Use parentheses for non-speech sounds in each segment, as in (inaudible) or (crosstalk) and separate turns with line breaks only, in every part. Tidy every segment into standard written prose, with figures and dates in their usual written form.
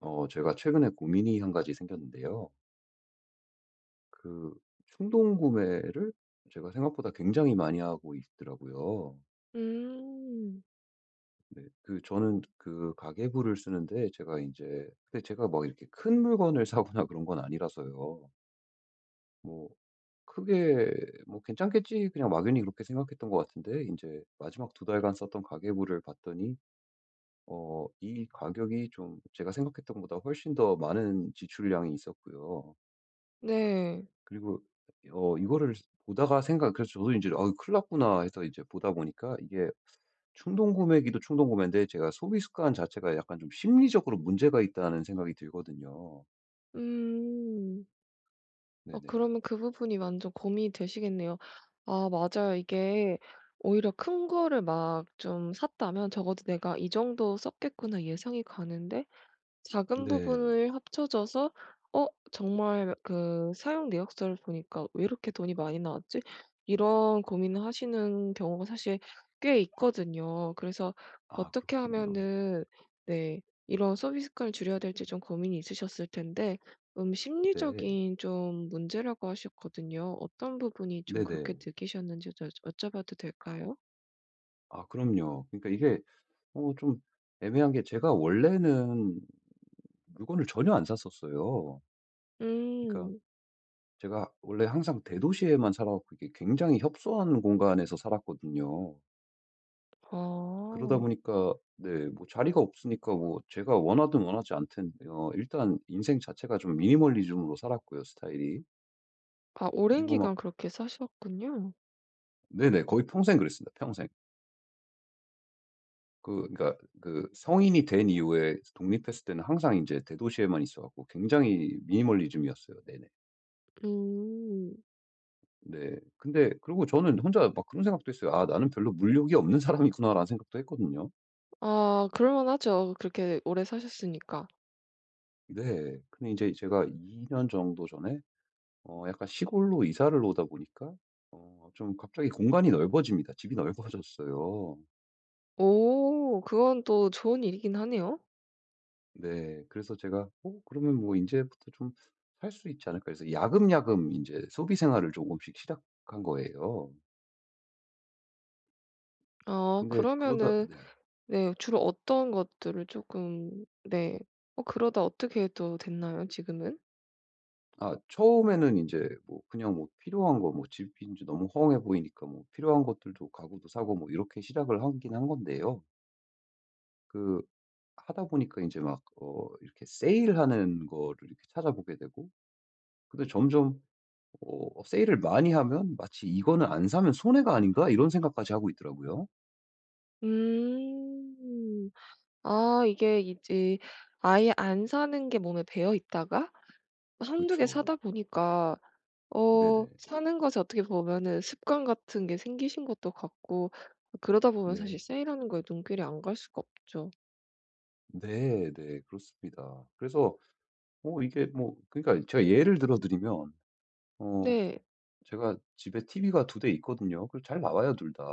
제가 최근에 고민이 한 가지 생겼는데요. 그 충동 구매를 제가 생각보다 굉장히 많이 하고 있더라고요.
음.
네, 그 저는 그 가계부를 쓰는데 제가 이제 근데 제가 막 이렇게 큰 물건을 (laughs) 사거나 그런 건 아니라서요. 뭐 크게 뭐 괜찮겠지 그냥 막연히 그렇게 생각했던 것 같은데 이제 마지막 2달간 썼던 가계부를 봤더니 이 가격이 좀 제가 생각했던 것보다 훨씬 더 많은 지출량이 있었고요.
네.
그리고 이거를 보다가 생각 그래서 저도 인제 '아 큰일 났구나.' 해서 이제 보다 보니까 이게 충동 구매기도 충동 구매인데 제가 소비 습관 자체가 약간 좀 심리적으로 문제가 있다는 생각이 들거든요.
음.
네네.
그러면 그 부분이 완전 고민이 되시겠네요. 아 맞아요. 이게 오히려 큰 거를 막 좀 샀다면 적어도 '내가 이 정도 썼겠구나.' 예상이 가는데 작은
네.
부분을 합쳐져서 어 정말 그 사용 내역서를 보니까 '왜 이렇게 돈이 많이 나왔지?' 이런 고민을 하시는 경우가 사실 꽤 있거든요. 그래서
아
어떻게
그렇군요.
하면은 네 이런 소비 습관을 줄여야 될지 좀 고민이 있으셨을 텐데
네.
심리적인 좀 문제라고 하셨거든요. 어떤 부분이 좀 그렇게
네네.
느끼셨는지 좀 여쭤봐도 될까요?
아 그럼요. 그러니까 이게 좀 애매한 게 제가 원래는 물건을 전혀 안 샀었어요. 그러니까
음.
제가 원래 항상 대도시에만 살아 갖고 이게 굉장히 협소한 공간에서 살았거든요. 그러다
아.
보니까 네 뭐 자리가 없으니까 뭐 제가 원하든 원하지 않든 일단 인생 자체가 좀 미니멀리즘으로 살았고요 스타일이.
아 오랜
그리고 막
기간 그렇게 사셨군요.
네네. 거의 평생 그랬습니다 평생. 그러니까 그 성인이 된 이후에 독립했을 때는 항상 이제 대도시에만 있어 갖고 굉장히 미니멀리즘이었어요. 네네.
음.
네. 근데 그리고 저는 혼자 막 그런 생각도 했어요. '아 나는 별로 물욕이 없는 사람이구나.'라는 생각도 했거든요.
아 그럴만 하죠. 그렇게 오래 사셨으니까.
네. 근데 이제 제가 2년 정도 전에 약간 시골로 이사를 오다 보니까 좀 갑자기 공간이 넓어집니다. 집이 넓어졌어요.
오 그건 또 좋은 일이긴 하네요.
네. 그래서 제가 '어 그러면 뭐 이제부터 좀 살 수 있지 않을까.' 해서 야금야금 이제 소비 생활을 조금씩 시작한 거예요.
아
근데 그러다
그러면은
네.
네 주로 어떤 것들을 조금 네. 그러다 어떻게 또 됐나요 지금은?
아 처음에는 이제 뭐 그냥 뭐 필요한 거 뭐 집인지 너무 허황해 보이니까 뭐 필요한 것들도 가구도 사고 뭐 이렇게 시작을 하긴 한 건데요. 그 하다 보니까 이제 막 이렇게 세일하는 거를 이렇게 찾아보게 되고 근데 점점 세일을 많이 하면 마치 '이거는 안 사면 손해가 아닌가?' 이런 생각까지 하고 있더라고요.
음. 아 이게 이제 아예 안 사는 게 몸에 배어 있다가 한두 개
그쵸.
사다 보니까
네네.
사는 것에 어떻게 보면은 습관 같은 게 생기신 것도 같고 그러다 보면 사실
네.
세일하는 거에 눈길이 안 갈 수가 없죠.
네 네. 그렇습니다. 그래서 이게 뭐 그러니까 제가 예를 들어 드리면 어
네.
제가 집에 TV가 두 대 있거든요. 그잘 나와요 둘 다.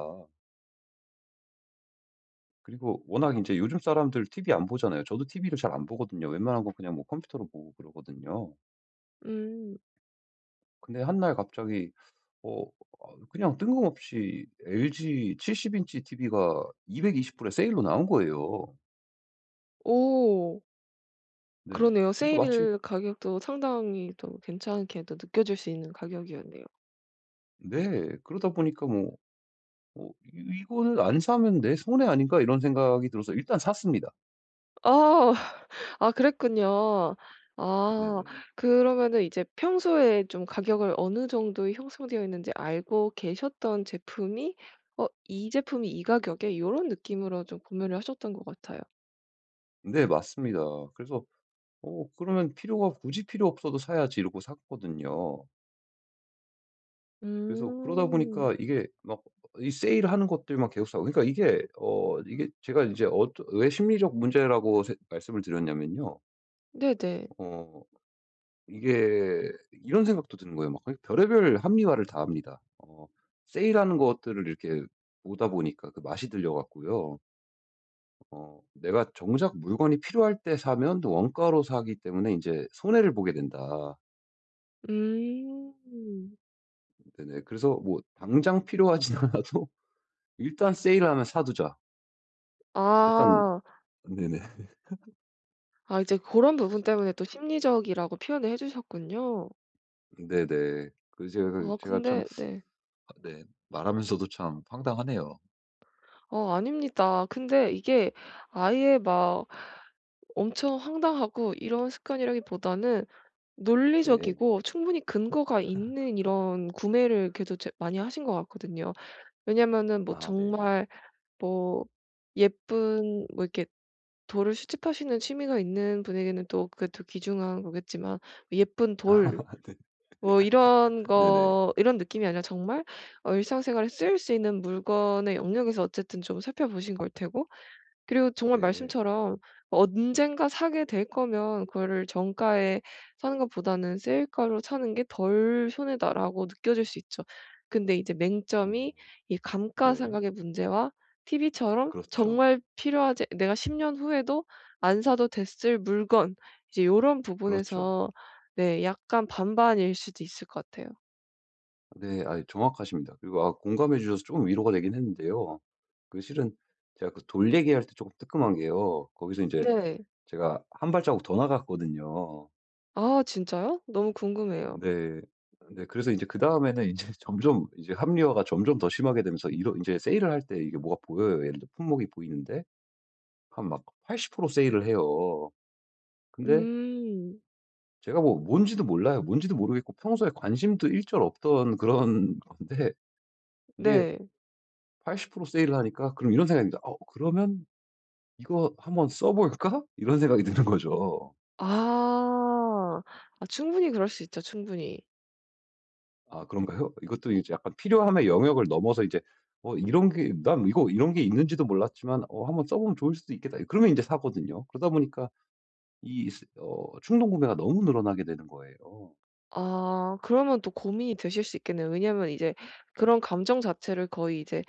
그리고 워낙 이제 요즘 사람들 TV 안 보잖아요. 저도 TV를 잘 안 보거든요. 웬만한 건 그냥 뭐 컴퓨터로 보고 그러거든요.
음.
근데 한 날 갑자기 어 그냥 뜬금없이 LG 70 인치 TV가 220 불에 세일로 나온 거예요.
오
네.
그러네요.
그러니까 마치
세일 가격도 상당히 또 괜찮게 또 느껴질 수 있는 가격이었네요.
네. 그러다 보니까 뭐 '어 이 이거는 안 사면 내 손해 아닌가?' 이런 생각이 들어서 일단 샀습니다.
아. (laughs) 아 그랬군요. 아
네네.
그러면은 이제 평소에 좀 가격을 어느 정도 형성되어 있는지 알고 계셨던 제품이 '어 이 제품이 이 가격에.' 이런 느낌으로 좀 구매를 하셨던 것 같아요.
네 맞습니다. 그래서 '어 그러면 필요가 굳이 필요 없어도 사야지.' 이러고 샀거든요. 그래서 그러다
음.
보니까 이게 막 이 세일하는 것들만 계속 사고 그러니까 이게 이게 제가 이제 왜 심리적 문제라고 세 말씀을 드렸냐면요.
네네.
어 이게 이런 생각도 드는 거예요. 막 거의 별의별 합리화를 다 합니다. 세일하는 것들을 이렇게 보다 보니까 그 맛이 들려 갖고요. 내가 정작 물건이 필요할 때 사면 또 원가로 사기 때문에 이제 손해를 보게 된다.
음.
네네. 그래서 뭐 당장 필요하진 않아도 (laughs) '일단 세일하면 사 두자.' 약간
아.
네네.
아 이제 그런 부분 때문에 또 심리적이라고 표현을 해 주셨군요.
네네.
아
제가 참,
근데 네.
아 네, 말하면서도 참 황당하네요.
아닙니다. 근데 이게 아예 막 엄청 황당하고 이런 습관이라기보다는
네.
논리적이고 충분히 근거가 있는 이런 구매를 그래도 제 많이 하신 것 같거든요. 왜냐면은 뭐
아 네.
정말 뭐 예쁜 뭐 이렇게 돌을 수집하시는 취미가 있는 분에게는 또 그게 또 귀중한 거겠지만 예쁜
(laughs) 아
돌
네.
뭐 이런
네네.
거 이런 느낌이 아니라 정말 일상생활에 쓰일 수 있는 물건의 영역에서 어쨌든 좀 살펴보신 걸 테고 그리고 정말
네.
말씀처럼 언젠가 사게 될 거면 그거를 정가에 사는 것보다는 세일가로 사는 게 '덜 손해다.'라고 느껴질 수 있죠. 근데 이제
어
맹점이 이
네.
감가상각의 문제와 TV처럼
그렇죠.
정말 필요하지 내가 10년 후에도 안 사도 됐을 물건 이제 요런
그렇죠.
부분에서 네 약간 반반일 수도 있을 것 같아요.
네. 아 정확하십니다. 그리고 아 공감해 주셔서 조금 위로가 되긴 했는데요. 그 실은 제가 그 돌 얘기할 때 조금 뜨끔한 게요. 거기서 이제
네.
제가 한 발자국 더 나갔거든요.
아 진짜요? 너무 궁금해요.
네. 네 그래서 이제 그다음에는 이제 (laughs) 점점 이제 합리화가 점점 더 심하게 되면서 이런 이제 세일을 할 때 이게 뭐가 보여요. 예를 들어 품목이 보이는데 한 막 80% 세일을 해요. 근데
음.
제가 뭐 뭔지도 몰라요. 뭔지도 모르겠고 평소에 관심도 일절 없던 그런 (laughs) 건데 이게
네.
80% 세일을 하니까 그럼 이런 생각이 듭니다. '어 그러면 이거 한번 써 볼까?' 이런 생각이 드는 거죠.
아. 아 충분히 그럴 수 있죠, 충분히.
아 그런가요? 이것도 이제 약간 필요함의 영역을 넘어서 이제 '어 이런 게 있는지도 몰랐지만 어 한번 써 보면 좋을 수도 있겠다.' 그러면 인제 사거든요. 그러다 보니까 이 스 어 충동 구매가 너무 늘어나게 되는 거예요.
아 그러면 또 고민이 되실 수 있겠네요. 왜냐면 이제 그런 감정 자체를 거의 이제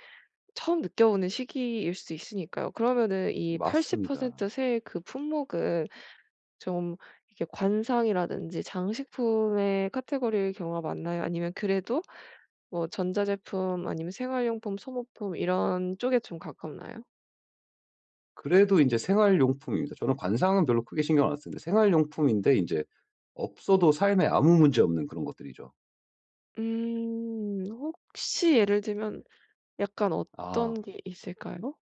처음 느껴보는 시기일 수 있으니까요. 그러면은 이 80%
맞습니다.
세의 그 품목은 좀 이렇게 관상이라든지 장식품의 카테고리의 경우가 많나요? 아니면 그래도 뭐 전자제품 아니면 생활용품, 소모품 이런 쪽에 좀 가깝나요?
그래도 인제 생활용품입니다. 저는 관상은 별로 크게 신경 안 쓰는데 생활용품인데 인제 없어도 삶에 아무 문제 없는 그런 것들이죠.
음. 혹시 예를 들면 약간
아.
어떤 게 있을까요?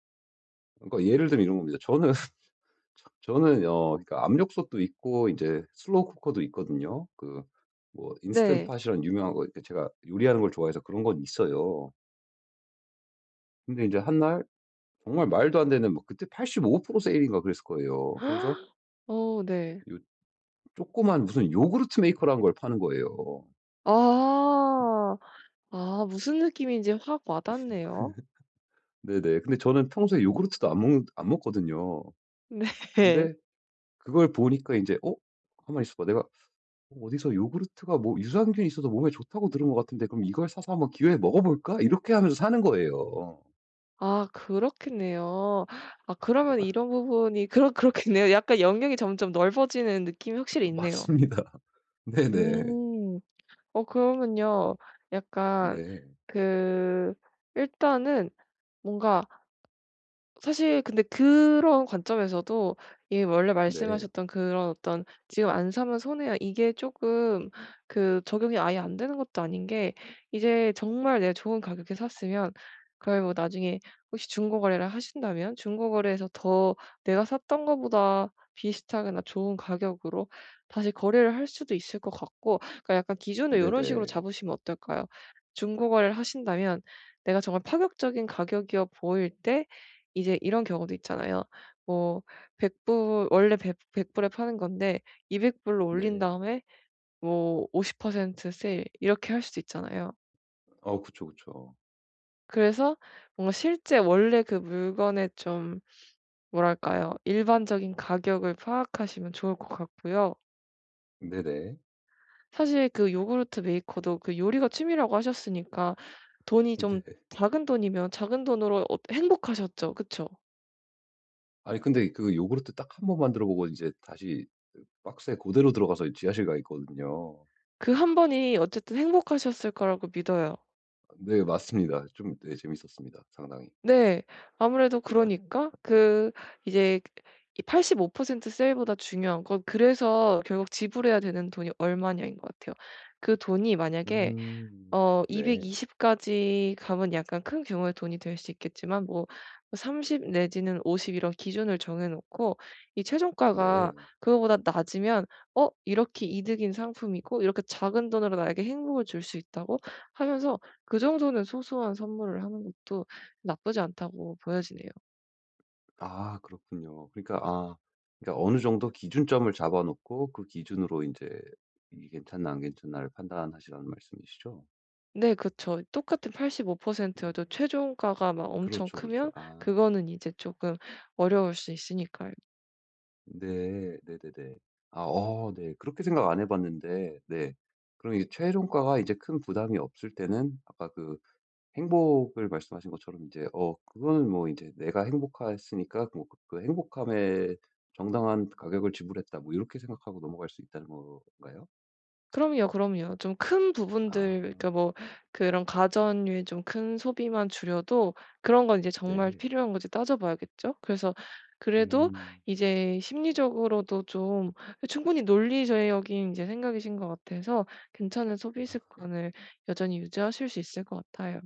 그러니까 예를 들면 이런 겁니다. 저는 (laughs) 저는 그러니까 압력솥도 있고 이제 슬로우 쿠커도 있거든요. 그 뭐 인스턴트
네.
팟이라는 유명한 거 이렇게 제가 요리하는 걸 좋아해서 그런 건 있어요. 근데 이제 한 날 정말 말도 안 되는 뭐 그때 85% 세일인가 그랬을 거예요. 그러면서
(gasps) 어 네.
요 조그만 무슨 요구르트 메이커라는 걸 파는 거예요.
아. 아 무슨 느낌인지 확 와닿네요.
네네. 근데 저는 평소에 요구르트도 안 먹거든요.
네.
근데
(laughs)
그걸 보니까 이제 '어 가만히 있어 봐. 내가 어디서 요구르트가 뭐 유산균이 있어서 몸에 좋다고 들은 것 같은데 그럼 이걸 사서 한번 기회에 먹어볼까? 이렇게 하면서 사는 거예요.
아 그렇겠네요. 아 그러면 이런 부분이 그렇겠네요. 약간 영역이 점점 넓어지는 느낌이 확실히
(laughs)
있네요.
맞습니다. 네네.
음. 그러면요. 약간
네.
그 일단은 뭔가 사실 근데 그런 관점에서도 이 원래
네.
말씀하셨던 그런 어떤 '지금 안 사면 손해야.' 이게 쪼끔 그 적용이 아예 안 되는 것도 아닌 게 이제 정말 내가 좋은 가격에 샀으면 그걸 뭐 나중에 혹시 중고 거래를 하신다면 중고 거래에서 더 내가 샀던 거보다 비슷하거나 좋은 가격으로 다시 거래를 할 수도 있을 것 같고 그러니까 약간 기준을 요런 식으로
네네.
잡으시면 어떨까요? 중고 거래를 하신다면 내가 정말 파격적인 가격이어 보일 때 이제 이런 경우도 있잖아요. 뭐 백 불 원래 100 불에 파는 건데 200 불로 올린
네.
다음에 뭐 50% 세일 이렇게 할 수도 있잖아요.
그쵸, 그쵸.
그래서 뭔가 실제 원래 그 물건의 좀 뭐랄까요? 일반적인 가격을 파악하시면 좋을 것 같고요.
네네.
사실 그 요구르트 메이커도 그 요리가 취미라고 하셨으니까 돈이
네.
좀 작은 돈이면 작은 돈으로 어 행복하셨죠. 그쵸?
아니 근데 그 요구르트 딱 한 번 만들어 보고 이제 다시 그 박스에 그대로 들어가서 지하실 가 있거든요.
그 한 번이 어쨌든 행복하셨을 거라고 믿어요.
네 맞습니다. 좀 네 재밌었습니다 상당히.
네. 아무래도 그러니까 그 이제 이 85% 세일보다 중요한 건 그래서 결국 지불해야 되는 돈이 얼마냐인 것 같아요. 그 돈이 만약에
음. 네.
220 까지 가면 약간 큰 규모의 돈이 될 수 있겠지만 뭐 30 내지는 50 이런 기준을 정해 놓고 이 최종가가
네.
그거보다 낮으면 '어 이렇게 이득인 상품이고 이렇게 작은 돈으로 나에게 행복을 줄 수 있다고?' 하면서 그 정도는 소소한 선물을 하는 것도 나쁘지 않다고 보여지네요.
아 그렇군요. 그러니까 어느 정도 기준점을 잡아 놓고 그 기준으로 이제 이게 괜찮나 안 괜찮나를 판단하시라는 말씀이시죠?
네 그쵸. 똑같은 85%
음.
여도 최종가가 막 엄청
그렇죠, 그렇죠.
크면
아.
그거는 이제 조금 어려울 수 있으니까요.
네. 네네네. 네. 그렇게 생각 안 해 봤는데 네. 그럼 이 최종가가 이제 큰 부담이 없을 때는 아까 그 행복을 말씀하신 것처럼 이제 그거는 뭐 이제 '내가 행복했으니까 뭐 그 행복함에 정당한 가격을 지불했다.' 뭐 이렇게 생각하고 넘어갈 수 있다는 건가요?
그럼요, 그럼요. 좀 큰 부분들
아
그러니까 뭐 그런 가전류의 좀 큰 소비만 줄여도 그런 건 이제 정말
네.
필요한 건지 따져 봐야겠죠. 그래서 그래도
음.
이제 심리적으로도 좀 충분히 논리적인 이제 생각이신 것 같아서 괜찮은 소비 습관을 여전히 유지하실 수 있을 것 같아요.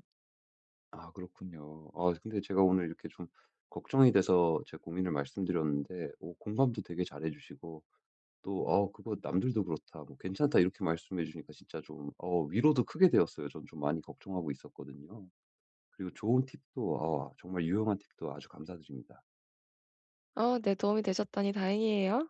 아 그렇군요. 아 근데 제가 오늘 이렇게 좀 걱정이 돼서 제 고민을 말씀드렸는데 오 공감도 되게 잘해 주시고 또 "어 그거 남들도 그렇다." 뭐 "괜찮다." 이렇게 말씀해 주니까 진짜 좀 위로도 크게 되었어요. 전 좀 많이 걱정하고 있었거든요. 그리고 좋은 팁도 정말 유용한 팁도 아주 감사드립니다.
네 도움이 되셨다니 다행이에요.